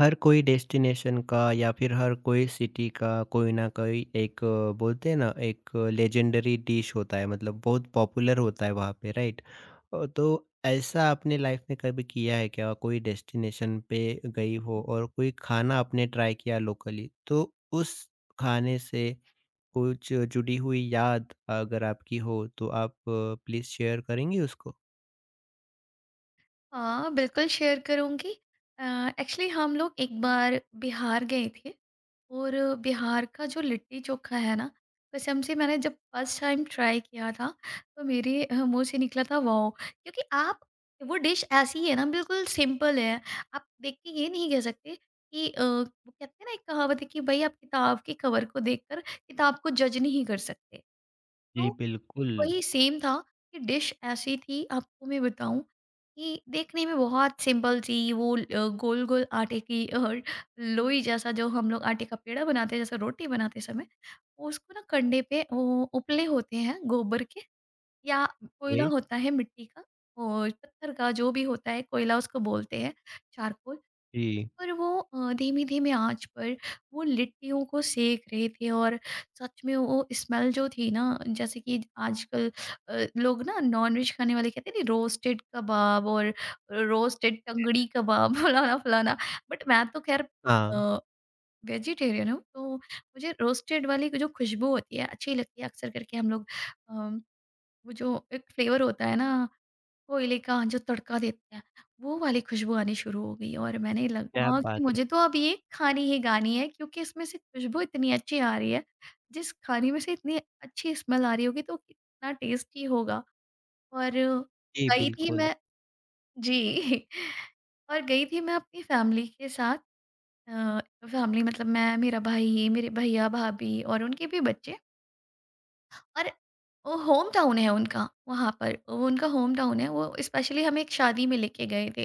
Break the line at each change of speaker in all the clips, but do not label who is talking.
हर कोई डेस्टिनेशन का या फिर हर कोई सिटी का कोई ना कोई एक बोलते हैं ना एक लेजेंडरी डिश होता है मतलब बहुत पॉपुलर होता है वहाँ पे राइट। तो ऐसा आपने लाइफ में कभी किया है क्या कोई डेस्टिनेशन पे गई हो और कोई खाना आपने ट्राई किया लोकली तो उस खाने से कुछ जुड़ी हुई याद अगर आपकी हो तो आप प्लीज शेयर करेंगी उसको।
हाँ, बिल्कुल शेयर करूँगी। अ, एक्चुअली हम लोग एक बार बिहार गए थे और बिहार का जो लिट्टी-चोखा है ना, कसम से मैंने जब फर्स्ट टाइम ट्राई किया था, तो मेरे मुँह से निकला था वॉव! क्योंकि आप वो डिश ऐसी है ना बिल्कुल सिंपल है। आप देख के ये नहीं कह सकते कि वो कहते हैं ना, एक कहावत है कि भई आप किताब के कवर को देखकर किताब को जज नहीं कर सकते। तो
जी बिल्कुल।
वही सेम था कि डिश ऐसी थी, आपको मैं बताऊँ कि देखने में बहुत सिंपल सी वो गोल-गोल आटे की लोई जैसा, जो हम लोग आटे का पेड़ा बनाते हैं जैसे रोटी बनाते समय, उसको ना कंडे पे वो उपले होते हैं गोबर के या कोयला
ए?
होता है मिट्टी का और पत्थर का जो भी होता है कोयला, उसको बोलते हैं चारकोल।
जी।
पर वो धीमी धीमी आंच पर वो लिट्टियों को सेक रहे थे और सच में वो स्मेल जो थी ना, जैसे कि आजकल लोग ना नॉनवेज खाने वाले कहते हैं ना रोस्टेड कबाब और रोस्टेड टंगड़ी कबाब फलाना फलाना, बट मैं तो खैर
हाँ।
वेजिटेरियन हूँ तो मुझे रोस्टेड वाली जो खुशबू होती है अच्छी लगती है अक्सर करके हम लोग। अम, वो जो एक फ्लेवर होता है ना कोयले का, जो तड़का देते हैं, वो वाली खुशबू आनी शुरू हो गई और मैंने लगा
क्या
हाँ कि
बात है।
मुझे तो अब ये खानी ही गानी है क्योंकि इसमें से खुशबू इतनी अच्छी आ रही है, जिस खाने में से इतनी अच्छी स्मेल आ रही होगी तो कितना टेस्टी होगा। और
जी
गई थी
बिल्कुल।
मैं जी। और गई थी मैं अपनी फ़ैमिली के साथ। अ, फ़ैमिली मतलब मैं, मेरा भाई, मेरे भैया-भाभी और उनके भी बच्चे। और वो होम टाउन है उनका वहाँ पर, वो उनका होम टाउन है। वो स्पेशली हमें एक शादी में लेके गए थे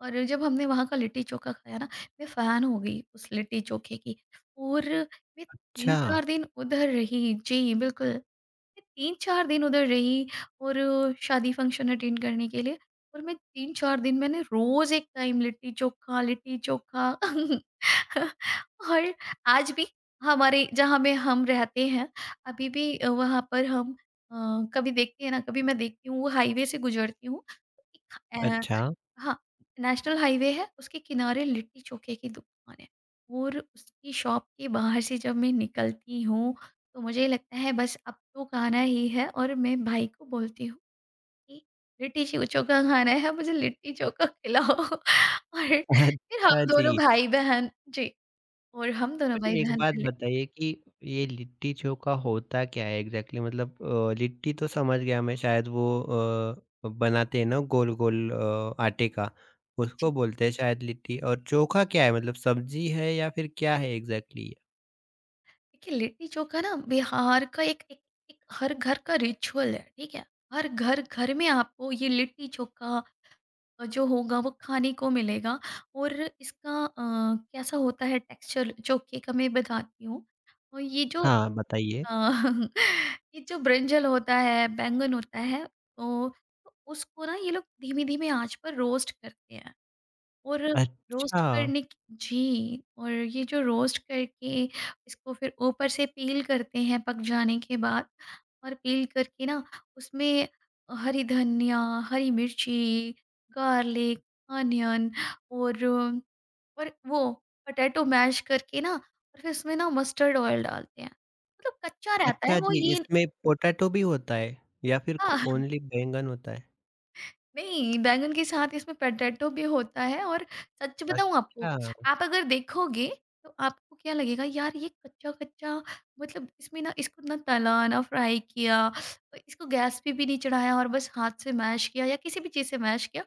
और जब हमने वहाँ का लिट्टी-चोखा खाया ना, मैं फ़ैन हो गई उस लिट्टी-चोखे की। और मैं
अच्छा,
3-4 दिन उधर रही। जी, बिल्कुल। मैं 3-4 दिन उधर रही और शादी फंक्शन अटेंड करने के लिए, और मैं 3-4 दिन मैंने रोज़ एक टाइम लिट्टी-चोखा, लिट्टी-चोखा। और आज भी हमारे जहाँ में हम रहते हैं, अभी भी वहाँ पर हम अ, कभी देखते हैं ना, कभी मैं देखती हूँ वो हाईवे से गुजरती हूँ, एक
अच्छा।
हाँ, नेशनल हाईवे है, उसके किनारे लिट्टी चोखे की दुकान है और उसकी शॉप के बाहर से जब मैं निकलती हूँ तो मुझे लगता है बस अब तो खाना ही है, और मैं भाई को बोलती हूँ कि चोखा खाना है, मुझे लिट्टी चोखा खिलाओ। और फिर हम
अच्छा जी,
दोनों भाई बहन, जी, और हम दोनों
मुझे एक
भाई-बहन
बात
लिट्टी।
बताइए कि ये लिट्टी चोखा होता क्या है एग्ज़ैक्टली? मतलब लिट्टी तो समझ गया मैं शायद वो बनाते हैं ना गोल-गोल आटे का, उसको
जी,
बोलते हैं शायद लिट्टी और चोखा क्या है मतलब सब्ज़ी है या फिर क्या है एग्ज़ैक्टली ये?
देखिए लिट्टी चोखा ना बिहार का एक एक एक हर घर का रिचुअल है, ठीक है? हर घर घर में आपको ये लिट्टी चोखा जो होगा वो खाने को मिलेगा। और इसका कैसा होता है टेक्सचर चोखे का मैं बताती हूँ। और
हाँ, बताइए।
अ, ये जो ब्रिंजल होता है, बैंगन होता है, तो तो उसको ना ये लोग धीमी-धीमी आँच पर रोस्ट करते हैं। और रोस्ट
अच्छा।
करने की जी, और ये जो रोस्ट करके इसको फिर ऊपर से पील करते हैं पक जाने के बाद, और पील करके ना उसमें हरी धनिया, हरी मिर्ची, गार्लिक, अनियन और और वो पोटैटो मैश करके ना, और फिर उसमें ना मस्टर्ड ऑयल डालते हैं। मतलब कच्चा रहता है
अच्छा
वो
जी,
ये।
इसमें पोटैटो भी होता है या फिर क
हाँ।
ओनली बैंगन होता है?
नहीं, बैंगन के साथ इसमें पोटैटो भी होता है और सच बताऊँ आपको,
अच्छा।
आप अगर देखोगे तो आपको क्या लगेगा, यार ये कच्चा-कच्चा। मतलब इसमें ना इसको ना तला, ना फ्राई किया, और इसको गैस पे भी नहीं चढ़ाया, और बस हाथ से मैश किया या किसी भी चीज़ से मैश किया,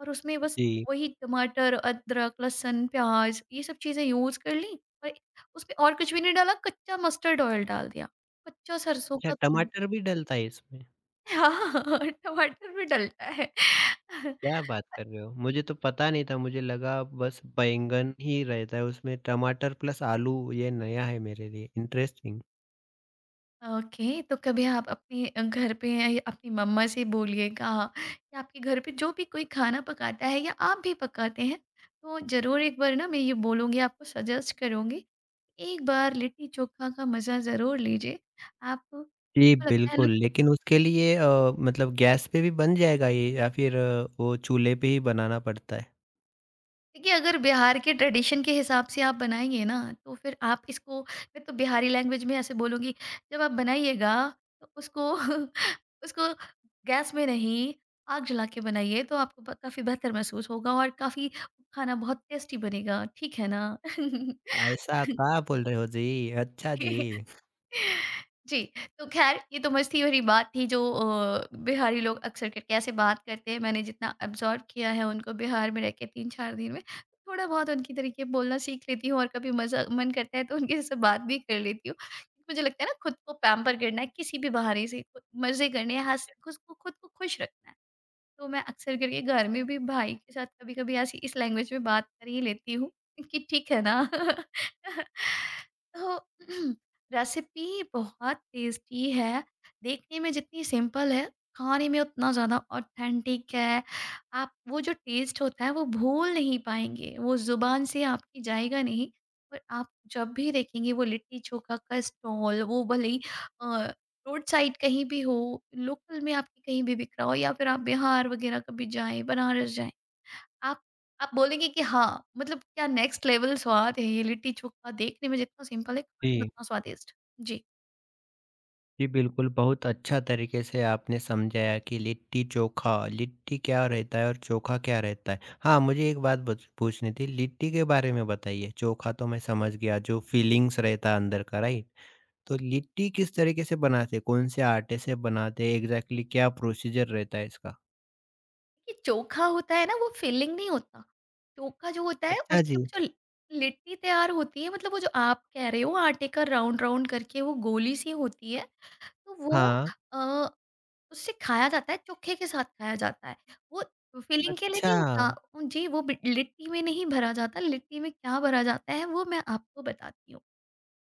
और उसमें बस
जी।
वही टमाटर, अदरक, लहसुन, प्याज़ ये सब चीज़ें यूज़ कर ली, और उसमें और कुछ भी नहीं डाला, कच्चा मस्टर्ड ऑयल डाल दिया, कच्चा सरसों
अच्छा
का तेल।
टमाटर भी डलता है इसमें?
हाँ, टमाटर भी डलता है।
क्या बात कर रहे हो? मुझे तो पता नहीं था, मुझे लगा बस बैंगन ही रहता है उसमें। टमाटर प्लस आलू ये नया है मेरे लिए, इंटरेस्टिंग।
ओके, तो कभी आप अपने घर पे या अपनी मम्मा से बोलिएगा कि आपके घर पे जो भी कोई खाना पकाता है या आप भी पकाते हैं, तो ज़रूर एक बार ना मैं ये बोलूँगी, आपको सजेस्ट करूँगी, एक बार लिट्टी-चोखा का मज़ा ज़रूर लीजिए। आप को
जी,
लगता है,
बिल्कुल, लेकिन उसके लिए मतलब गैस पे भी बन जाएगा ये या फिर वो चूल्हे पे ही बनाना पड़ता है?
देखिए, अगर बिहार के ट्रेडिशन के हिसाब से आप बनाएँगे ना, तो फिर आप इसको, मैं तो बिहारी लैंग्वेज में ऐसे बोलूँगी, जब आप बनाइएगा तो उसको उसको गैस में नहीं, आग जला के बनाइए तो आपको ब काफ़ी बेहतर महसूस होगा और काफ़ी खाना बहुत टेस्टी बनेगा, ठीक है ना?
ऐसा का बोल रहे हो जी? अच्छा जी।
जी, तो ख़ैर ये तो मस्ती भरी बात थी, जो बिहारी लोग अक्सर करके ऐसे बात करते हैं। मैंने जितना अब्ज़ॉर्ब किया है उनको बिहार में रह के 3-4 दिन में, थोड़ा-बहुत उनके तरीके बोलना सीख लेती हूँ और कभी मज़ा मन करता है तो उनके जैसे बात भी कर लेती हूँ। मुझे लगता है ना खुद को पैम्पर करना है किसी भी बहाने से, मज़े करने हैं, हँस खुद को खुश रखना है। तो मैं अक्सर करके घर में भी भाई के साथ कभी-कभी ऐसी इस लैंग्वेज में बात कर ही लेती हूँ कि ठीक है ना। तो रेसिपी बहुत टेस्टी है, देखने में जितनी सिंपल है, खाने में उतना ज़्यादा ऑथेंटिक है। आप वो जो टेस्ट होता है वो भूल नहीं पाएँगे, वो ज़ुबान से आपकी जाएगा नहीं। और आप जब भी देखेंगे वो लिट्टी-चोखा का स्टॉल, वो भले ही अ, रोड साइड कहीं भी हो, लोकल में आपके कहीं भी बिक रहा हो, या फिर आप बिहार वगैरह कभी जाएँ, बनारस जाएँ, आप आप बोलेंगे कि हाँ, मतलब क्या नेक्स्ट लेवल स्वाद है ये लिट्टी-चोखा, देखने में जितना सिंपल है, खाने में
जी।
उतना स्वादिष्ट। जी।
जी, बिल्कुल, बहुत अच्छा तरीके से आपने समझाया कि लिट्टी-चोखा, लिट्टी क्या रहता है और चोखा क्या रहता है? हाँ, मुझे एक बात बच पूछनी थी, लिट्टी के बारे में बताइए, चोखा तो मैं समझ गया, जो फीलिंग्स रहता है अंदर का, राइट? तो लिट्टी किस तरीके से बनाते? कौन से आटे से बनाते? एग्ज़ैक्टली क्या प्रोसीजर रहता है इसका?
ये चोखा होता है ना, वो फिलिंग नहीं होता। चोखा जो होता है,
अच्छा
उससे
जी।
वो जो लिट्टी तैयार होती है, मतलब वो जो आप कह रहे हो आटे का राउंड-राउंड करके वो गोली-सी होती है, तो वो
हाँ।
अ उससे खाया जाता है, चोखे के साथ खाया जाता है। वो फिलिंग के लिए
अच्छा,
नहीं होता। उ जी, वो बि लिट्टी में नहीं भरा जाता, लिट्टी में क्या भरा जाता है वो मैं आपको बताती हूँ।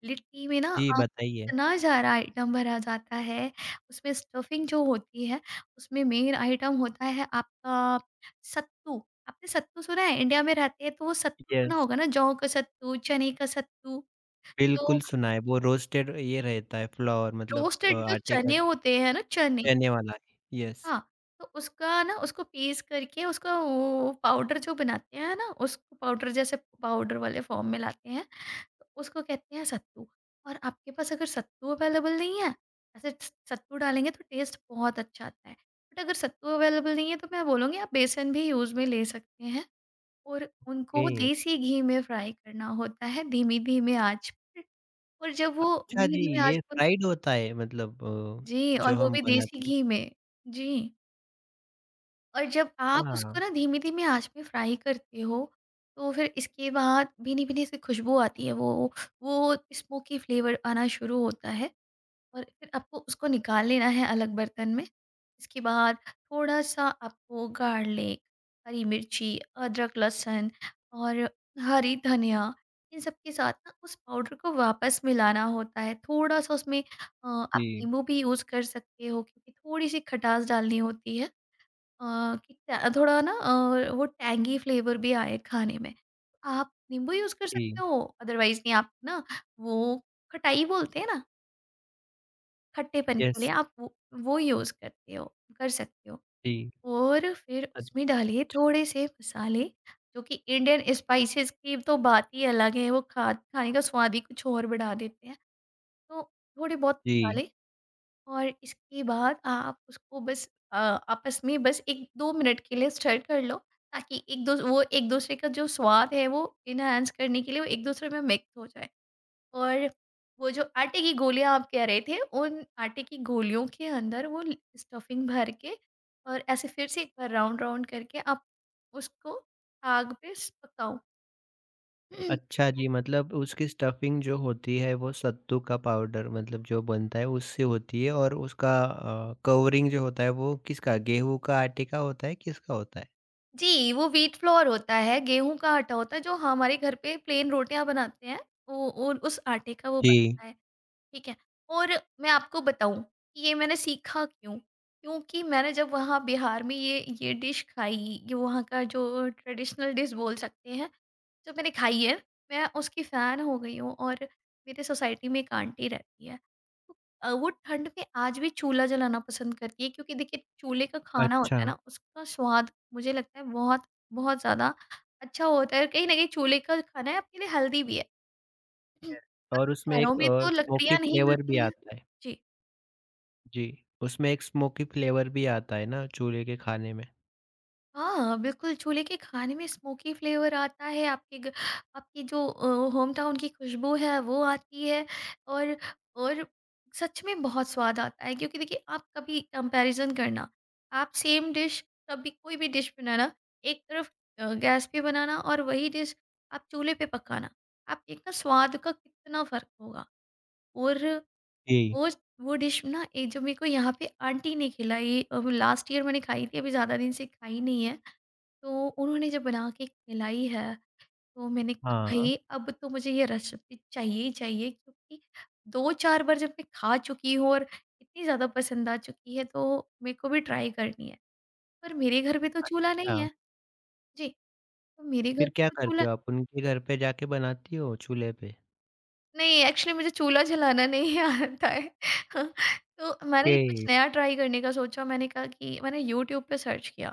लिट्टी में ना
जी बताइए।
इतना सारा आइटम भरा जाता है, उसमें स्टफिंग जो होती है, उसमें मेन आइटम होता है आपका सत्तू। आपने सत्तू सुना है? इंडिया में रहते हैं तो वो सत्तू सुना
यस,
होगा ना, जौ का सत्तू, चने का सत्तू, जो
बिल्कुल सुना है, वो रोस्टेड ये रहता है, फ्लावर मतलब
रोस्टेड जी। जो
आटे का
चने होते हैं ना, चने।
चने वाला, यस।
हाँ, तो उसका ना उसको पीस करके उसका वो पाउडर जो बनाते हैं ना, उसको पाउडर जैसे पाउडर वाले फॉर्म में लाते हैं, तो उसको कहते हैं सत्तू। और आपके पास अगर सत्तू अवेलेबल नहीं है, ऐसे स सत्तू डालेंगे तो टेस्ट बहुत अच्छा आता है। बट अगर सत्तू अवेलेबल नहीं है तो मैं बोलूँगी आप बेसन भी यूज़ में ले सकते हैं, और उनको
ओके।
देसी घी में फ्राई करना होता है, धीमी-धीमी आँच पर। और जब वो
अच्छा जी,
धीमी-धीमी आँच
ये
पर,
फ्राइड होता है मतलब
जी, और
जो
वो
हम
भी देसी
बनाते हैं।
घी में। जी। और जब आप उसको
हाँ।
ना धीमी-धीमी आँच पे फ्राई करते हो, तो फिर इसके बाद भीनी-भीनी सी खुशबू आती है, वो स्मोकी फ्लेवर आना शुरू होता है, और फिर आपको उसको निकाल लेना है अलग बर्तन में। इसके बाद थोड़ा-सा आपको गार्लिक, हरी मिर्ची, अदरक, लहसुन और हरी धनिया, इन सब के साथ ना उस पाउडर को वापस मिलाना होता है। थोड़ा-सा उसमें आप
जी।
नींबू भी यूज़ कर सकते हो क्योंकि थोड़ी-सी खटास डालनी होती है। अ, कि ट थोड़ा ना वो टैंगी फ्लेवर भी आए खाने में। आप नींबू यूज़ कर सकते
जी।
हो, अदरवाइज़ नहीं, आप ना वो खटाई बोलते हैं ना, खट्टेपन के लिए
यस।
आप वो यूज़ करते हो कर सकते हो।
जी।
और फिर
अ,
उसमें डालिए थोड़े से मसाले, जो कि इंडियन स्पाइसेस की तो बात ही अलग है, वो खा खाने का स्वाद ही कुछ और बढ़ा देते हैं। तो थोड़े बहुत
जी।
मसाले, और इसके बाद आप उसको बस आपस में बस 1-2 मिनट के लिए स्टर कर लो, ताकि एक दूस वो एक-दूसरे का जो स्वाद है वो एनहांस करने के लिए वो एक-दूसरे में मिक्स हो जाए। और वो जो आटे की गोलियाँ आप कह रहे थे, उन आटे की गोलियों के अंदर वो ल स्टफिंग भर के, और ऐसे फिर से एक बार राउंड-राउंड करके आप उसको आग पे स पकाओ।
अच्छा जी, मतलब उसकी स्टफिंग जो होती है वो सत्तू का पाउडर मतलब जो बनता है उससे होती है और उसका कवरिंग जो होता है वो किसका गेहूँ का आटे का होता है, किसका होता है?
जी, वो व्हीट फ्लोर होता है, गेहूँ का आटा होता है, जो हमारे घर पे प्लेन रोटियाँ बनाते हैं, वो उन उस आटे का वो
जी।
बनता है, ठीक है। और मैं आपको बताऊँ कि ये मैंने सीखा क्यों? क्योंकि मैंने जब वहाँ बिहार में ये डिश खाई, ये वहाँ का जो ट्रेडिशनल डिश बोल सकते हैं, जो मैंने खाई है, मैं उसकी फ़ैन हो गई हूँ। और मेरे सोसाइटी में एक आंटी रहती है। तो वो ठंड में आज भी चूल्हा जलाना पसंद करती है, क्योंकि देखिए चूल्हे का खाना होता
अच्छा।
है ना, उसका स्वाद मुझे लगता है बहुत, बहुत ज़्यादा अच्छा होता है। और कहीं न कहीं चूल्हे का खाना है, आपके लिए हेल्दी भी है।
यस,
अब
और
अच्छा।
उसमें एक
शहरों में तो
स्मोकी
लकड़ियाँ नहीं
फ्लेवर भी
मिलती हैं।
आता है।
जी।
जी, उसमें एक स्मोकी फ्लेवर भी आता है ना चूल्हे के खाने में?
हाँ, बिल्कुल छोले के खाने में स्मोकी फ्लेवर आता है, आपके ग आपकी जो होम टाउन की खुशबू है वो आती है। और और सच में बहुत स्वाद आता है, क्योंकि देखिए आप कभी कंपैरिज़न करना, आप सेम डिश, कभी कोई भी डिश बनाना। एक तरफ गैस पे बनाना, और वही डिश आप चूल्हे पे पकाना, आप देखना स्वाद का कितना फ़र्क होगा। और
जी।
वो वो डिश ना, एक जो मेरे को यहाँ पे आंटी ने खिलाई, लास्ट ईयर मैंने खाई थी, अभी ज़्यादा दिन से खाई नहीं है। तो उन्होंने जब बना के खिलाई है, तो मैंने कहा
हाँ।
भाई अब तो मुझे ये रेसिपी चाहिए ही चाहिए, क्योंकि 2-4 बार जब मैं खा चुकी हूँ और इतनी ज़्यादा पसंद आ चुकी है, तो मेरे को भी ट्राई करनी है। पर मेरे घर पे तो चूल्हा नहीं
अच्छा।
है। जी, तो मेरे घर
फिर क्या
पे तो
करते
चूल्हा
हो आप? उनके घर पे जाके बनाती हो चूल्हे पे?
नहीं, एक्चुअली मुझे चूल्हा जलाना नहीं आता है। तो मैंने कुछ
ओके।
नया ट्राई करने का सोचा, मैंने कहा कि मैंने यूट्यूब पे सर्च किया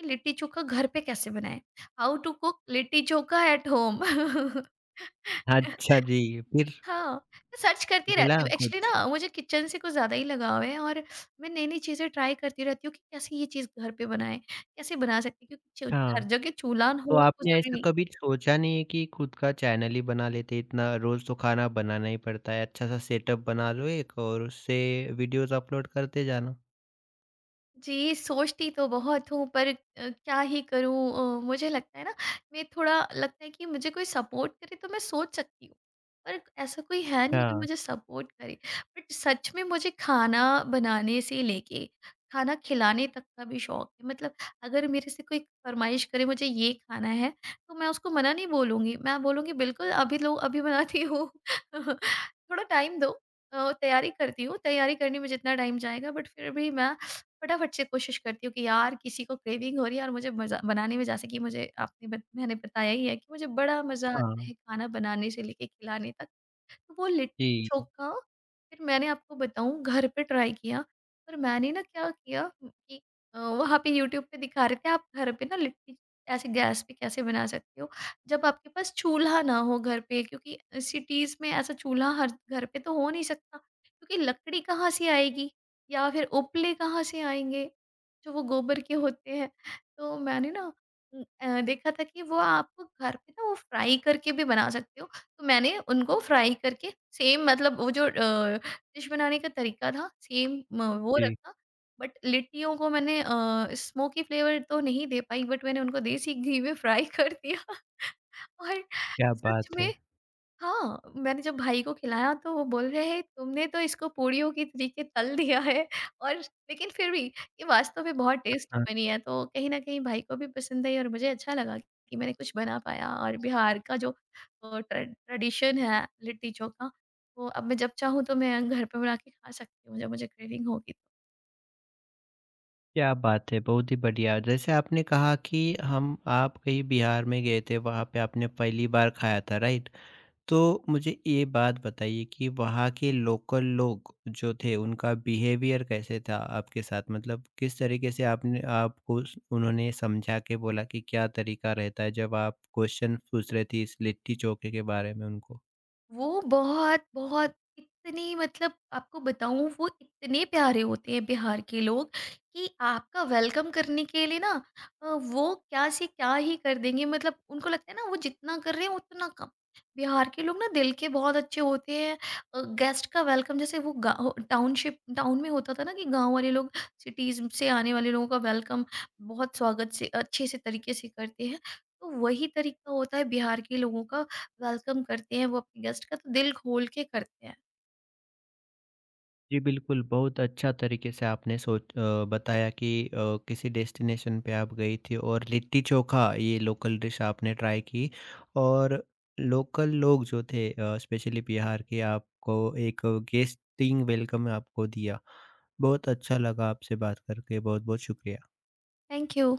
कि लिट्टी चोखा घर पे कैसे बनाएँ? How to cook litti chokha at home.
अच्छा जी, फिर
हाँ, मैं सर्च करती
मिला
रहती हूँ। एक्चुअली
कुछ?
ना, मुझे किचन से कुछ ज़्यादा ही लगाव है, और मैं नई-नई चीज़ें ट्राई करती रहती हूँ कि कैसे ये चीज़ घर पे बनाएँ, कैसे बना सकते हैं, क्योंकि च हर
हाँ,
जगह चूल्हा हो,
तो
वो
आपने
ज़रूरी
ऐसा
नहीं।
कभी सोचा नहीं है कि खुद का चैनल ही बना लेते, इतना रोज़ तो खाना बनाना ही पड़ता है, अच्छा-सा सेटअप बना लो एक और उससे वीडियोज़ अपलोड करते जाना?
जी, सोचती तो बहुत हूँ, पर क्या ही करूँ। मुझे लगता है ना, मैं थोड़ा, लगता है कि मुझे कोई सपोर्ट करे तो मैं सोच सकती हूँ। पर ऐसा कोई है नहीं जो
अच्छा।
मुझे सपोर्ट करे। बट सच में मुझे खाना बनाने से लेके खाना खिलाने तक का भी शौक है। मतलब अगर मेरे से कोई फ़रमाइश करे मुझे ये खाना है, तो मैं उसको मना नहीं बोलूँगी। मैं बोलूँगी बिल्कुल अभी लो, अभी बनाती हूँ। थोड़ा टाइम दो, तैयारी करती हूँ, तैयारी करने में जितना टाइम जाएगा, बट फिर भी मैं फटाफट से कोशिश करती हूँ कि यार किसी को क्रेविंग हो रही है, और मुझे मज़ा बनाने में, जैसे कि मुझे आपने बत मैंने बताया ही है कि मुझे बड़ा मज़ा आता
हाँ।
है खाना बनाने से लेके खिलाने तक। तो वो लिट्टी
जी।
चोखा फिर मैंने आपको बताऊँ, घर पे ट्राई किया, पर मैंने ना क्या किया कि वहाँ पे यूट्यूब पे दिखा रहे थे आप घर पे ना लिट्टी ऐसे गैस पे कैसे बना सकते हो, जब आपके पास चूल्हा ना हो घर पे, क्योंकि सिटीज़ में ऐसा चूल्हा हर घर पे तो हो नहीं सकता, क्योंकि लकड़ी कहाँ से आएगी, या फिर उपले कहाँ से आएँगे, जो वो गोबर के होते हैं। तो मैंने ना देखा था कि वो आप घर पे ना वो फ्राई करके भी बना सकते हो। तो मैंने उनको फ्राई करके सेम, मतलब वो जो डिश बनाने का तरीका था सेम, म वो
जी।
रखा। बट लिट्टियों को मैंने स्मोकी फ्लेवर तो नहीं दे पाई, बट मैंने उनको देसी घी में फ्राई कर दिया। और
क्या
सच
बात
में,
है।
हाँ, मैंने जब भाई को खिलाया तो वो बोल रहे हैं तुमने तो इसको पूड़ियों की तरीके तल दिया है, और लेकिन फिर भी ये वास्तव में बहुत टेस्टी
हाँ,
बनी है। तो कहीं न कहीं भाई को भी पसंद आई, और मुझे अच्छा लगा कि मैंने कुछ बना पाया, और बिहार का जो ट्रेडिशन है लिट्टी चोखा, वो अब मैं जब चाहूँ तो मैं घर पे बना के खा सकती हूँ, जब मुझे क्रेविंग होगी। तो।
क्या बात है, बहुत ही बढ़िया। जैसे आपने कहा कि हम आप कहीं बिहार में गए थे, वहाँ पे आपने पहली बार खाया था, राइट? तो मुझे ये बात बताइए कि वहाँ के लोकल लोग जो थे उनका बिहेवियर कैसे था आपके साथ? मतलब किस तरीके से आपने आपको स उन्होंने समझा के बोला कि क्या तरीका रहता है जब आप क्वेश्चन पूछ रहे थे इस लिट्टी चोखे के बारे में उनको?
वो बहुत-बहुत इतने, मतलब आपको बताऊँ, वो इतने प्यारे होते हैं बिहार के लोग कि आपका वेलकम करने के लिए ना, वो क्या से क्या ही कर देंगे, मतलब उनको लगता है ना वो जितना कर रहे हैं उतना कम। बिहार के लोग ना दिल के बहुत अच्छे होते हैं। गेस्ट का वेलकम, जैसे वो गाँव टाउनशिप टाउन में होता था ना कि गाँव वाले लोग सिटीज़ से आने वाले लोगों का वेलकम बहुत स्वागत से अच्छे से तरीके से करते हैं। तो वही तरीका होता है बिहार के लोगों का, वेलकम करते हैं वो अपने गेस्ट का तो दिल खोल के करते हैं।
जी बिल्कुल, बहुत अच्छा तरीके से आपने बताया कि किसी डेस्टिनेशन पे आप गई थी और लिट्टी चोखा ये लोकल डिश आपने ट्राई की और लोकल लोग जो थे स्पेशली बिहार के आपको एक गेस्टिंग वेलकम आपको दिया। बहुत अच्छा लगा आपसे बात करके, बहुत-बहुत शुक्रिया।
Thank you.